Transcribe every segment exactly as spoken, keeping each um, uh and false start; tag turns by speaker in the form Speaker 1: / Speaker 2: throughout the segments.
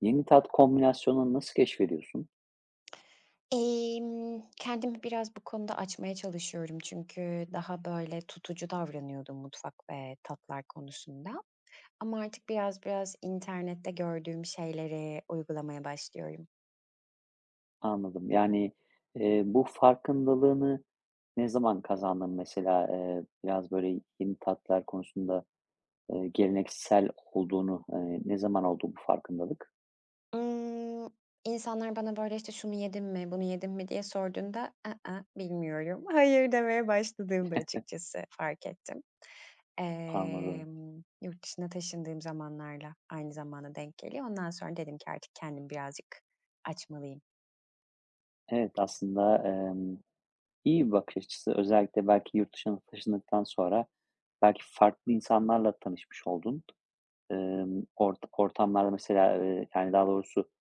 Speaker 1: Yeni tat kombinasyonunu nasıl keşfediyorsun?
Speaker 2: Emm, kendimi biraz bu konuda açmaya çalışıyorum çünkü daha böyle tutucu davranıyordum mutfak ve tatlar konusunda ama artık biraz biraz internette gördüğüm şeyleri uygulamaya başlıyorum.
Speaker 1: Anladım. Yani, eee, bu farkındalığını ne zaman kazandın mesela? Eee, biraz böyle yeni tatlar konusunda, eee, geleneksel olduğunu, eee, ne zaman oldu bu farkındalık?
Speaker 2: Imm, insanlar bana böyle, işte, "Şunu yedin mi, bunu yedin mi?" diye sorduğunda, "I ıh, bilmiyorum, hayır." demeye başladığımda açıkçası fark ettim.
Speaker 1: Anladım.
Speaker 2: Emm, yurt dışına taşındığım zamanlarla aynı zamana denk geliyor. Ondan sonra dedim ki artık kendimi birazcık açmalıyım.
Speaker 1: Evet, aslında, emm, iyi bir bakış açısı. Özellikle belki yurt dışına taşındıktan sonra belki farklı insanlarla tanışmış oldun. Emm, ort ortamlarda mesela, eee, yani, daha doğrusu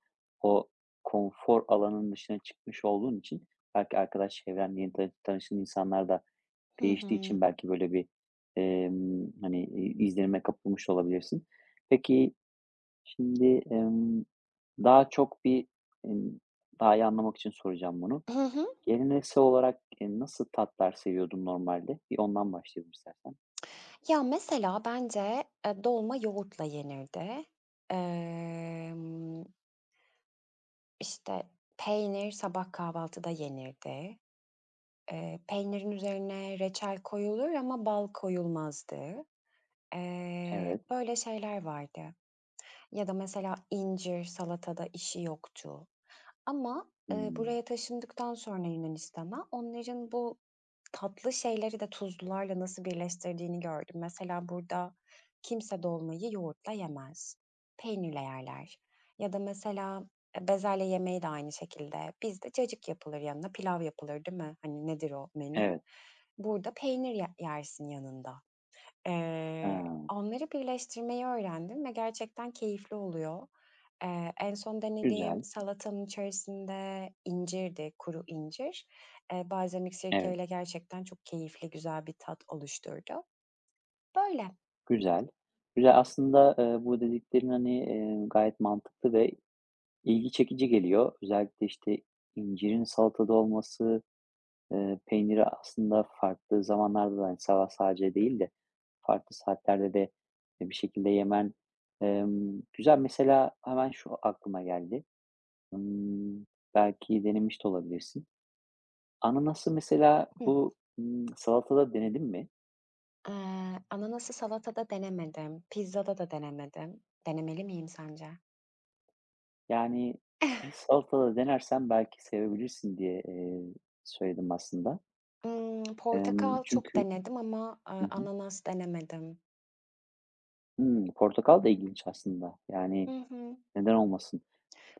Speaker 1: o konfor alanının dışına çıkmış olduğun için belki arkadaş çevren, yeni tanı tanıştığın insanlar da
Speaker 2: Hı
Speaker 1: değiştiği
Speaker 2: hı.
Speaker 1: için belki böyle bir, emm, hani, i izlenime kapılmış olabilirsin. Peki, şimdi, emm, daha çok bir, emm, daha iyi anlamak için soracağım bunu.
Speaker 2: Hı hı.
Speaker 1: Geleneksel olarak, eee, nasıl tatlar seviyordun normalde? Bir ondan başlayalım istersen.
Speaker 2: Ya, mesela bence, eee, dolma yoğurtla yenirdi. Emm, işte, peynir sabah kahvaltıda yenirdi. Eee, peynirin üzerine reçel koyulur ama bal koyulmazdı. Eee,
Speaker 1: Evet.
Speaker 2: böyle şeyler vardı. Ya da mesela incir salatada işi yoktu. Ama, eee,
Speaker 1: Hımm.
Speaker 2: buraya taşındıktan sonra Yunanistan'a onların bu tatlı şeyleri de tuzlularla nasıl birleştirdiğini gördüm. Mesela burada kimse dolmayı yoğurtla yemez. Peynirle yerler ya da mesela, eee, bezelye yemeği de aynı şekilde. Bizde cacık yapılır yanına, pilav yapılır, değil mi? Hani, nedir o menü?
Speaker 1: Evet.
Speaker 2: Burada peynir ye yersin yanında.
Speaker 1: Ha,
Speaker 2: Eee, Onları birleştirmeyi öğrendim ve gerçekten keyifli oluyor. Eee, en son denediğim
Speaker 1: güzel.
Speaker 2: salatanın içerisinde incirdi, kuru incir. Eee, balzamik
Speaker 1: Evet.
Speaker 2: sirkeyle gerçekten çok keyifli, güzel bir tat oluşturdu. Böyle.
Speaker 1: Güzel. Güzel. Aslında, eee, bu dediklerin, hani, eee, gayet mantıklı ve ilgi çekici geliyor. Özellikle, işte, incirin salatada olması, eee, peyniri aslında farklı zamanlarda da, hani, sabah sadece değil de farklı saatlerde de, bir şekilde yemen, emm, güzel. Mesela hemen şu aklıma geldi. Imm, belki denemiş de olabilirsin. Ananası mesela
Speaker 2: Hı.
Speaker 1: bu, ımm, salatada denedin mi?
Speaker 2: Eee, ananası salatada denemedim, pizzada da denemedim. Denemeli miyim sence?
Speaker 1: Yani, bir salatada denersen belki sevebilirsin diye, eee, söyledim aslında.
Speaker 2: Imm,
Speaker 1: Emm,
Speaker 2: portakal çok
Speaker 1: çünkü
Speaker 2: denedim ama,
Speaker 1: Hı
Speaker 2: aaa,
Speaker 1: hı.
Speaker 2: ananas denemedim.
Speaker 1: Hımm, portakal da ilginç aslında.
Speaker 2: Hı
Speaker 1: Yani,
Speaker 2: hı.
Speaker 1: neden olmasın?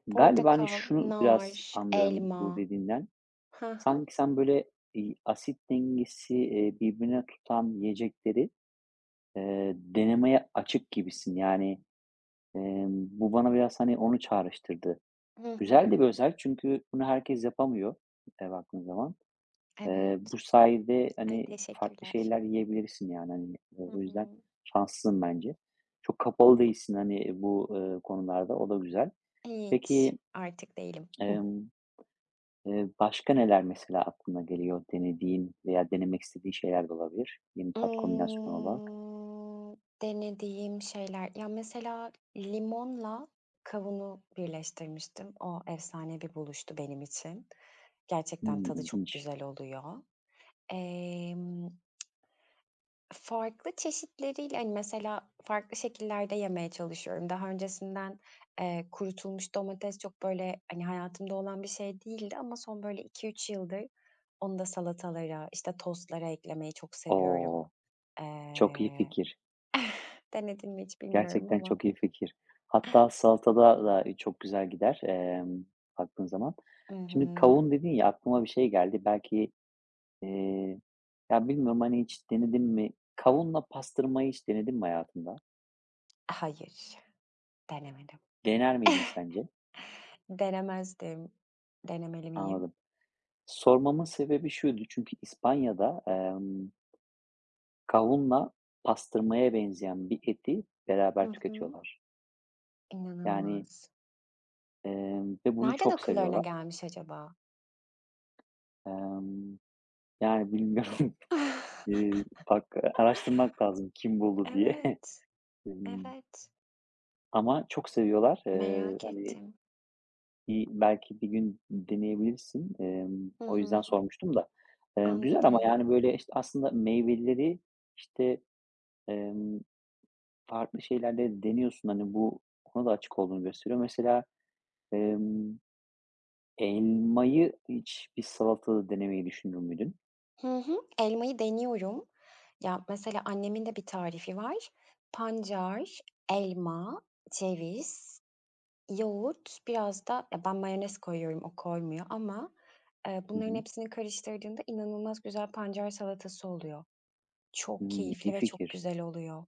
Speaker 1: Galiba, hani,
Speaker 2: Portakal,
Speaker 1: şunu
Speaker 2: nar,
Speaker 1: biraz anlıyorum bu
Speaker 2: elma.
Speaker 1: dediğinden. Sanki sen böyle, iii, asit dengesi, eee, birbirine tutan yiyecekleri, eee, denemeye açık gibisin. Yani, emm, bu bana biraz, hani, onu çağrıştırdı.
Speaker 2: Hı
Speaker 1: Güzel
Speaker 2: hı.
Speaker 1: de bir özellik çünkü bunu herkes yapamıyor, eee, baktığın zaman. Eee,
Speaker 2: Evet.
Speaker 1: bu sayede,
Speaker 2: Ay,
Speaker 1: hani, farklı
Speaker 2: teşekkürler.
Speaker 1: şeyler yiyebilirsin, yani, hani, eee,
Speaker 2: Hı
Speaker 1: o yüzden
Speaker 2: hı.
Speaker 1: şanslısın bence. Çok kapalı değilsin, hani, bu, eee, konularda, o da güzel.
Speaker 2: Hiç,
Speaker 1: Peki,
Speaker 2: artık değilim. Hıh.
Speaker 1: emm, eee, başka neler mesela aklına geliyor denediğin veya denemek istediğin şeyler de olabilir yeni tat kombinasyonu olarak?
Speaker 2: Imm, Denediğim şeyler, ya, mesela limonla kavunu birleştirmiştim. O efsane bir buluştu benim için. Gerçekten
Speaker 1: Hımm,
Speaker 2: tadı çok
Speaker 1: ilginç.
Speaker 2: güzel oluyor. Emm Farklı çeşitleriyle, hani, mesela farklı şekillerde yemeye çalışıyorum. Daha öncesinden, eee, kurutulmuş domates çok, böyle, hani, hayatımda olan bir şey değildi ama son, böyle, iki üç yıldır onu da salatalara, işte, tostlara eklemeyi çok seviyorum.
Speaker 1: O! Çok iyi
Speaker 2: Eee,
Speaker 1: fikir.
Speaker 2: denedin mi hiç bilmiyorum
Speaker 1: Gerçekten
Speaker 2: ama
Speaker 1: çok iyi fikir. Hatta salatada da, çok güzel gider, emm, baktığın zaman.
Speaker 2: Hı
Speaker 1: Şimdi
Speaker 2: hı.
Speaker 1: kavun dedin ya, aklıma bir şey geldi. Belki, Eee, ya, bilmiyorum, hani, hiç denedin mi? Kavunla pastırmayı hiç denedin mi hayatında?
Speaker 2: Hayır, denemedim.
Speaker 1: Dener miydin sence?
Speaker 2: Denemezdim. Denemeli miyim?
Speaker 1: Anladım. Sormamın sebebi şuydu çünkü İspanya'da, emm, kavunla pastırmaya benzeyen bir eti
Speaker 2: Hı
Speaker 1: beraber
Speaker 2: hı.
Speaker 1: tüketiyorlar. Yani,
Speaker 2: İnanılmaz.
Speaker 1: emm, ve bunu
Speaker 2: Nereden
Speaker 1: çok
Speaker 2: akıllarına
Speaker 1: seviyorlar.
Speaker 2: gelmiş acaba?
Speaker 1: Emm, yani, bilmiyorum, eee, bak, araştırmak lazım kim buldu diye.
Speaker 2: Evet.
Speaker 1: Emm,
Speaker 2: Evet,
Speaker 1: ama çok seviyorlar. Eee,
Speaker 2: merak
Speaker 1: hani
Speaker 2: ettim.
Speaker 1: İii, belki bir gün deneyebilirsin. Emm,
Speaker 2: Hı
Speaker 1: o yüzden
Speaker 2: hı,
Speaker 1: sormuştum da. Eee, güzel ama,
Speaker 2: anladım.
Speaker 1: yani, böyle, işte, aslında meyveleri, işte, emm, farklı şeylerle deniyorsun. Hani, bu ona da açık olduğunu gösteriyor. Mesela, emm, elmayı hiç bir salatada denemeyi düşünür müydün?
Speaker 2: Hı hı, elmayı deniyorum. Ya, mesela annemin de bir tarifi var. Pancar, elma, ceviz, yoğurt, biraz da ya, ben mayonez koyuyorum, o koymuyor ama, eee,
Speaker 1: Hı
Speaker 2: bunların
Speaker 1: hı.
Speaker 2: hepsini karıştırdığında inanılmaz güzel pancar salatası oluyor. Çok
Speaker 1: Hımm,
Speaker 2: keyifli
Speaker 1: iyi
Speaker 2: ve çok
Speaker 1: fikir
Speaker 2: güzel oluyor.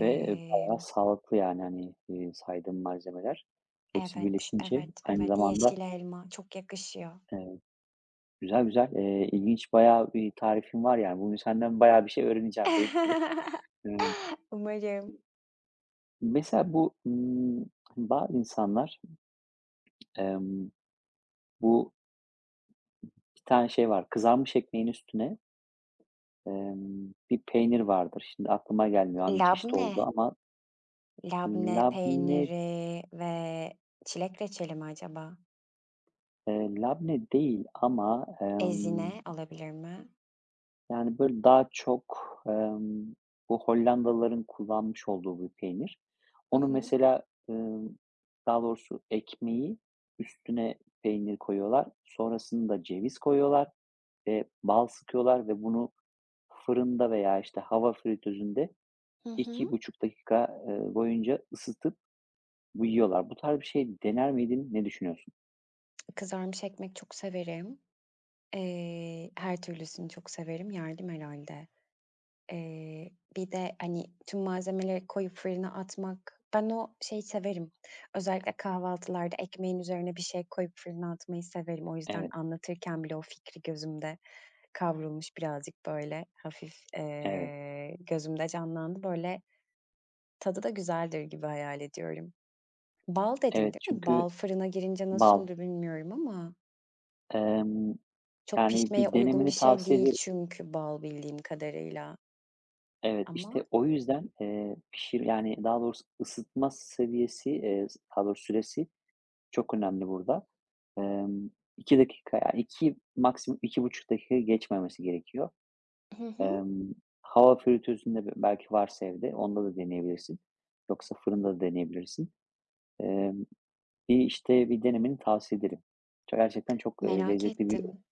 Speaker 1: ve bayağı sağlıklı, yani, hani, eee, saydığın malzemeler hepsi
Speaker 2: evet,
Speaker 1: birleşince
Speaker 2: evet,
Speaker 1: aynı
Speaker 2: evet,
Speaker 1: zamanda,
Speaker 2: yeşil elma çok yakışıyor.
Speaker 1: eee Güzel, güzel. Eee, ilginç bayağı bir tarifin var yani. Bugün senden bayağı bir şey öğreneceğim belli. Imm,
Speaker 2: Umarım.
Speaker 1: mesela bu, ımm, bazı insanlar, emm, bu bir tane şey var, kızarmış ekmeğin üstüne, emm, bir peynir vardır. Şimdi aklıma gelmiyor hangi çeşit
Speaker 2: Labne,
Speaker 1: oldu ama
Speaker 2: labne
Speaker 1: labne,
Speaker 2: peyniri ve çilek reçeli mi acaba?
Speaker 1: eee, labne değil ama, emm
Speaker 2: Ezine olabilir mi?
Speaker 1: Yani, böyle, daha çok, emm, bu Hollandalıların kullanmış olduğu bir peynir.
Speaker 2: Hı
Speaker 1: Onu
Speaker 2: hı.
Speaker 1: mesela, ımm, daha doğrusu ekmeği üstüne peynir koyuyorlar. Sonrasında ceviz koyuyorlar ve bal sıkıyorlar ve bunu fırında veya, işte, hava fritözünde
Speaker 2: Hı
Speaker 1: iki
Speaker 2: hı.
Speaker 1: buçuk dakika, eee, boyunca ısıtıp bu yiyorlar. Bu tarz bir şey dener miydin? Ne düşünüyorsun?
Speaker 2: Kızarmış ekmek çok severim. Eee, her türlüsünü çok severim. Yardım herhâlde. Eee, bir de, hani, tüm malzemeleri koyup fırına atmak ben o şeyi severim. Özellikle kahvaltılarda ekmeğin üzerine bir şey koyup fırına atmayı severim. O yüzden
Speaker 1: Evet,
Speaker 2: anlatırken bile o fikri gözümde kavrulmuş birazcık böyle hafif,
Speaker 1: evet,
Speaker 2: eee, gözümde canlandı. Böyle tadı da güzeldir gibi hayal ediyorum. Bal dedin,
Speaker 1: evet.
Speaker 2: değil mi?
Speaker 1: Çünkü
Speaker 2: Bal fırına girince nasıl
Speaker 1: bal.
Speaker 2: olur bilmiyorum ama
Speaker 1: Emm,
Speaker 2: çok
Speaker 1: yani,
Speaker 2: pişmeye
Speaker 1: bir
Speaker 2: uygun bir
Speaker 1: denemeni
Speaker 2: şey
Speaker 1: tavsiye
Speaker 2: değil
Speaker 1: ederim.
Speaker 2: çünkü bal bildiğim kadarıyla
Speaker 1: Evet, işte
Speaker 2: ama
Speaker 1: o yüzden, eee, pişir yani daha doğrusu ısıtma seviyesi, eee, daha doğrusu süresi çok önemli burada. Emm, iki dakika, ya iki maksimum iki buçuk dakika geçmemesi gerekiyor.
Speaker 2: Hı hı.
Speaker 1: Emm, hava fritözünde be belki varsa evde onda da deneyebilirsin. Yoksa fırında da deneyebilirsin. Emm, bir, işte, bir denemeni tavsiye ederim. Ço gerçekten çok, eee,
Speaker 2: Merak
Speaker 1: lezzetli bir
Speaker 2: ettim.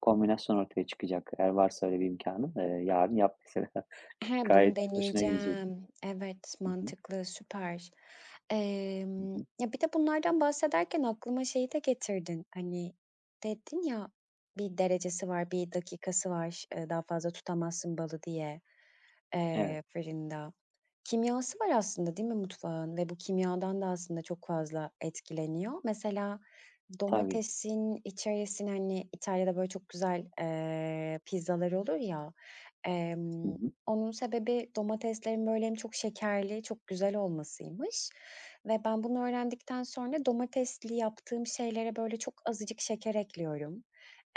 Speaker 1: kombinasyon ortaya çıkacak. Eğer varsa öyle bir imkânın, eee, yarın yap mesela.
Speaker 2: He, bunu
Speaker 1: Gayet hoşuna gidecek.
Speaker 2: deneyeceğim. Evet,
Speaker 1: Hı hı.
Speaker 2: mantıklı, süper.
Speaker 1: Hı
Speaker 2: Emm,
Speaker 1: hı.
Speaker 2: ya, bir de bunlardan bahsederken aklıma şeyi de getirdin. Hani, dedin ya, bir derecesi var, bir dakikası var, eee, daha fazla tutamazsın balı diye,
Speaker 1: Evet.
Speaker 2: eee, fırında. Kimyası var aslında değil mi mutfağın ve bu kimyadan da aslında çok fazla etkileniyor. Mesela
Speaker 1: Tabii.
Speaker 2: domatesin içerisine, hani, İtalya'da böyle çok güzel, eee, pizzalar olur ya,
Speaker 1: Hı
Speaker 2: emm,
Speaker 1: hı.
Speaker 2: onun sebebi domateslerin böyle hem çok şekerli, çok güzel olmasıymış ve ben bunu öğrendikten sonra domatesli yaptığım şeylere böyle çok azıcık şeker ekliyorum.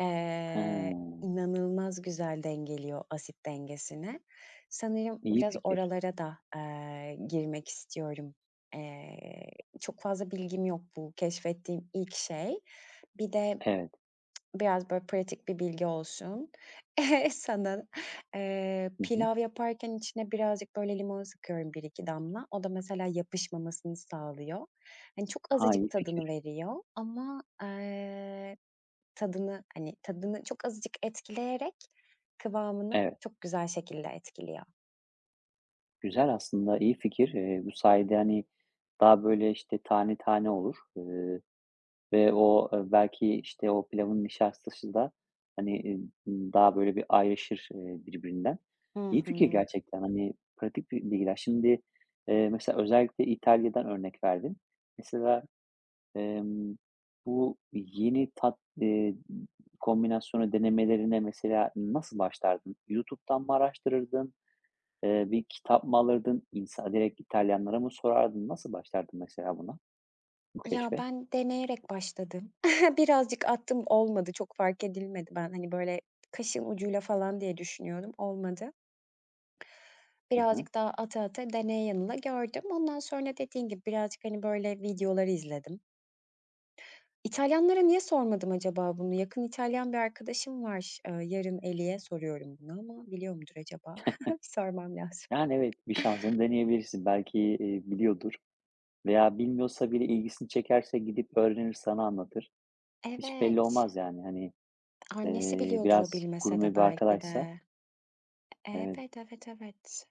Speaker 2: Eee,
Speaker 1: Ha,
Speaker 2: inanılmaz güzel dengeliyor asit dengesini. Sanırım
Speaker 1: iyi
Speaker 2: biraz
Speaker 1: fikir.
Speaker 2: oralara da, eee, girmek istiyorum. Eee, çok fazla bilgim yok bu keşfettiğim ilk şey. Bir de
Speaker 1: Evet.
Speaker 2: biraz böyle pratik bir bilgi olsun. Sana, eee,
Speaker 1: Hı hı.
Speaker 2: pilav yaparken içine birazcık böyle limon sıkıyorum bir iki damla. O da mesela yapışmamasını sağlıyor. Hani, çok
Speaker 1: Ha,
Speaker 2: azıcık
Speaker 1: iyi
Speaker 2: tadını
Speaker 1: fikir.
Speaker 2: veriyor ama, tadını, hani, tadını çok azıcık etkileyerek kıvamını
Speaker 1: Evet.
Speaker 2: çok güzel şekilde etkiliyor.
Speaker 1: Güzel aslında, iyi fikir. Eee, bu sayede, hani, daha böyle, işte, tane tane olur, eee, ve o, eee, belki, işte, o pilavın nişastası da, hani, eee, daha böyle bir ayrışır, eee, birbirinden.
Speaker 2: Hı
Speaker 1: İyi fikir
Speaker 2: hı.
Speaker 1: gerçekten, hani, pratik bir bilgiler. Şimdi, eee, mesela özellikle İtalya'dan örnek verdin. Mesela, Emm, bu yeni tat eee, kombinasyonu denemelerine mesela nasıl başlardın? YouTube'dan mı araştırırdın? Eee, bir kitap mı alırdın? İnsa direkt İtalyanlara mı sorardın? Nasıl başlardın mesela buna, bu
Speaker 2: Ya,
Speaker 1: keşfe?
Speaker 2: ben deneyerek başladım. Birazcık attım, olmadı, çok fark edilmedi. Ben, hani, böyle kaşın ucuyla falan diye düşünüyordum, olmadı.
Speaker 1: Hı hı.
Speaker 2: Birazcık daha ata ata deney yanıla gördüm. Ondan sonra dediğin gibi birazcık, hani, böyle videoları izledim. İtalyanlara niye sormadım acaba bunu? Yakın İtalyan bir arkadaşım var. Eee, yarın Eli'ye soruyorum bunu ama biliyor mudur acaba? Bir sormam lazım.
Speaker 1: Yani, evet, bir şansını deneyebilirsin. Belki, eee, biliyordur veya bilmiyorsa bile ilgisini çekerse gidip öğrenir, sana anlatır. Hiç belli
Speaker 2: Evet.
Speaker 1: olmaz yani. Hani,
Speaker 2: Annesi
Speaker 1: eee,
Speaker 2: biliyordur o
Speaker 1: biraz
Speaker 2: bilmese
Speaker 1: gurme
Speaker 2: de
Speaker 1: bir
Speaker 2: belki
Speaker 1: arkadaşsa
Speaker 2: de.
Speaker 1: evet,
Speaker 2: Evet, evet, evet.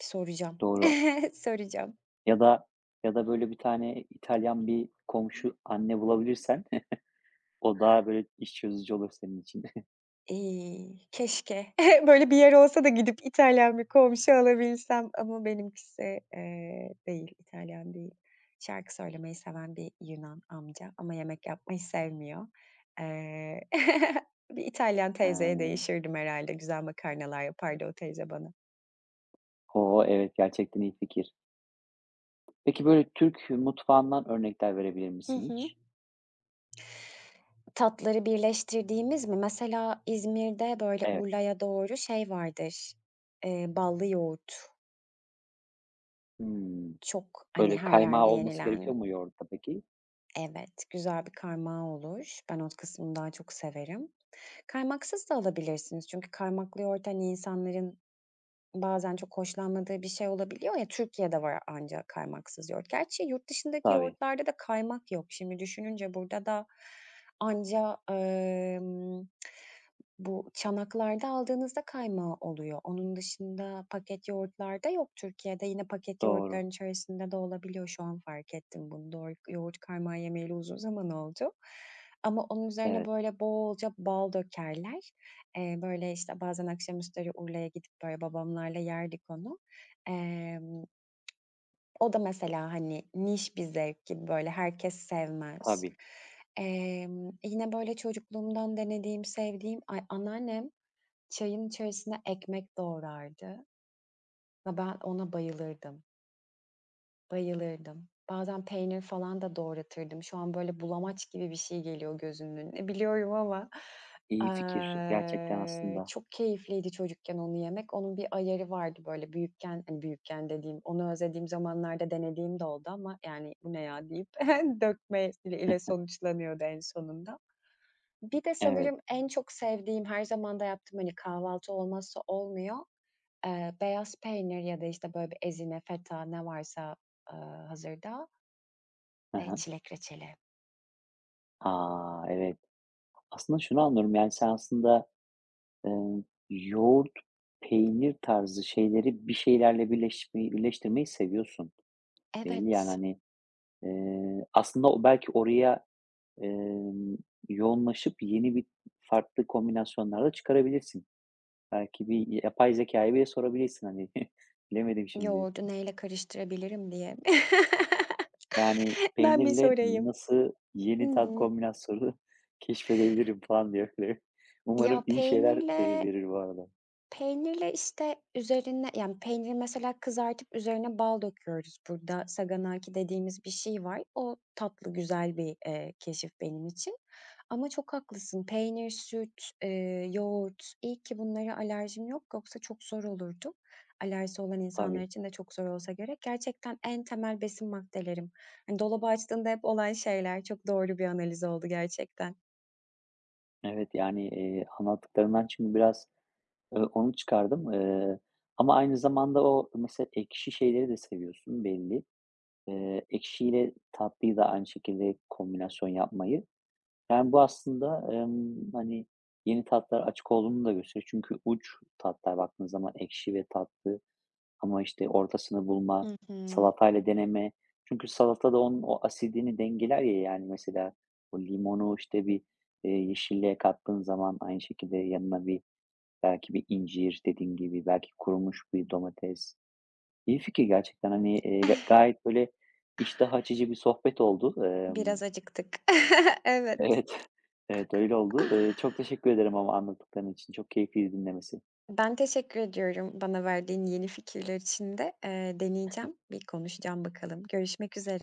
Speaker 2: Bir soracağım.
Speaker 1: doğru.
Speaker 2: Soracağım.
Speaker 1: Ya da ya da böyle bir tane İtalyan bir komşu anne bulabilirsen o daha böyle iş çözücü olur senin için.
Speaker 2: İii, keşke böyle bir yer olsa da gidip İtalyan bir komşu alabilsem ama benimkisi, eee, değil, İtalyan değil. Şarkı söylemeyi seven bir Yunan amca ama yemek yapmayı sevmiyor. Eee, bir İtalyan
Speaker 1: Ha.
Speaker 2: teyzeye değişirdim herhalde. Güzel makarnalar yapardı o teyze bana.
Speaker 1: O, evet, gerçekten iyi fikir. Peki, böyle Türk mutfağından örnekler verebilir
Speaker 2: Hı
Speaker 1: misin
Speaker 2: hı.
Speaker 1: hiç?
Speaker 2: Tatları birleştirdiğimiz mi? Mesela İzmir'de, böyle,
Speaker 1: Evet.
Speaker 2: Urla'ya doğru şey vardır, eee, ballı yoğurt.
Speaker 1: Hımm.
Speaker 2: Çok, hani,
Speaker 1: Böyle
Speaker 2: her
Speaker 1: kaymağı
Speaker 2: yerde
Speaker 1: olması
Speaker 2: yenilen.
Speaker 1: gerekiyor mu yoğurtta peki?
Speaker 2: Evet, güzel bir karmağı olur. Ben o kısmını daha çok severim. Kaymaksız da alabilirsiniz çünkü kaymaklı yoğurt, hani, insanların bazen çok hoşlanmadığı bir şey olabiliyor ya, Türkiye'de var ancak kaymaksız yoğurt. Gerçi yurt dışındaki
Speaker 1: Tabii.
Speaker 2: yoğurtlarda da kaymak yok. Şimdi düşününce burada da anca, emm, bu çanaklarda aldığınızda kaymağı oluyor. Onun dışında paket yoğurtlarda yok Türkiye'de. Yine paket
Speaker 1: Doğru.
Speaker 2: yoğurtların içerisinde de olabiliyor. Şu an fark ettim bunu. Doğru, yoğurt kaymağı yemeyeli uzun zaman oldu. Ama onun üzerine
Speaker 1: Evet.
Speaker 2: böyle bolca bal dökerler. Eee, böyle, işte, bazen akşamüzleri Urla'ya gidip, böyle, babamlarla yerdik onu. Emm, o da mesela, hani, niş bir zevk gibi, böyle, herkes sevmez.
Speaker 1: Tabii.
Speaker 2: Emm, yine, böyle, çocukluğumdan denediğim, sevdiğim. Ay, anneannem çayın içerisine ekmek doğrardı ve ben ona bayılırdım. Bayılırdım. Bazen peynir falan da doğratırdım. Şu an böyle bulamaç gibi bir şey geliyor gözümün önüne biliyorum ama,
Speaker 1: İyi fikir gerçekten
Speaker 2: eee,
Speaker 1: aslında.
Speaker 2: çok keyifliydi çocukken onu yemek. Onun bir ayarı vardı böyle büyükken, hani, büyükken dediğim, onu özlediğim zamanlarda denediğim de oldu ama yani "Bu ne ya?" deyip dökme ile ile sonuçlanıyordu en sonunda. Bir de
Speaker 1: Evet.
Speaker 2: sanırım en çok sevdiğim, her zaman da yaptığım, hani, kahvaltı olmazsa olmuyor, Eee, beyaz peynir ya da, işte, böyle, bir ezine, feta ne varsa, aaa, hazırda
Speaker 1: Hı
Speaker 2: ve
Speaker 1: hı.
Speaker 2: çilek reçeli.
Speaker 1: A! Evet. Aslında şunu anlıyorum, yani, sen aslında Emm, yoğurt, peynir tarzı şeyleri bir şeylerle birleşmeyi birleştirmeyi seviyorsun. Belli yani,
Speaker 2: Evet,
Speaker 1: hani, eee, aslında o belki oraya, emm, yoğunlaşıp yeni bir farklı kombinasyonlar da çıkarabilirsin. Belki bir yapay zekâya bile sorabilirsin, hani, bilemedim şimdi.
Speaker 2: yoğurdu neyle karıştırabilirim diye.
Speaker 1: Yani,
Speaker 2: Ben bir
Speaker 1: "Peynirle
Speaker 2: sorayım.
Speaker 1: nasıl
Speaker 2: Hı
Speaker 1: yeni tat
Speaker 2: hı.
Speaker 1: kombinasyonu keşfedebilirim?" falan diye böyle.
Speaker 2: Ya,
Speaker 1: Umarım iyi şeyler, eee,
Speaker 2: peynirle.
Speaker 1: verir bu arada.
Speaker 2: Peynirle, işte, üzerine yani, peyniri mesela kızartıp üzerine bal döküyoruz burada. Saganaki dediğimiz bir şey var. O tatlı, güzel bir, eee, keşif benim için. Ama çok haklısın. Peynir, süt, eee, yoğurt, iyi ki bunlara alerjim yok, yoksa çok zor olurdu. Alerjisi olan insanlar
Speaker 1: Tabii.
Speaker 2: için de çok zor olsa gerek. Gerçekten en temel besin maddelerim. Hani, dolabı açtığında hep olan şeyler. Çok doğru bir analiz oldu gerçekten.
Speaker 1: Evet, yani, eee, anlattıklarından şimdi biraz, Eee, onu çıkardım. Eee, ama aynı zamanda o mesela ekşi şeyleri de seviyorsun belli. Eee, ekşiyle tatlıyı da aynı şekilde kombinasyon yapmayı. Yani bu aslında, emm, hani, yeni tatlar açık olduğunu da gösteriyor. Çünkü uç tatlar baktığın zaman ekşi ve tatlı ama, işte, ortasını bulma,
Speaker 2: Hı hı.
Speaker 1: salatayla deneme. Çünkü salata da onun o asidini dengeler ya, yani, mesela o limonu, işte, bir, eee, yeşilliğe kattığın zaman aynı şekilde yanına bir. Belki bir incir dediğin gibi, belki kurumuş bir domates. İyi fikir gerçekten, hani, eee, ga gayet böyle iştah açıcı bir sohbet oldu. Emm,
Speaker 2: Biraz acıktık. Evet.
Speaker 1: evet, evet, öyle oldu. Eee, çok teşekkür ederim ama anlattıkların için. Çok keyifliydi dinlemesi.
Speaker 2: Ben teşekkür ediyorum bana verdiğin yeni fikirler için de. Eee, deneyeceğim, bir konuşacağım bakalım. Görüşmek üzere.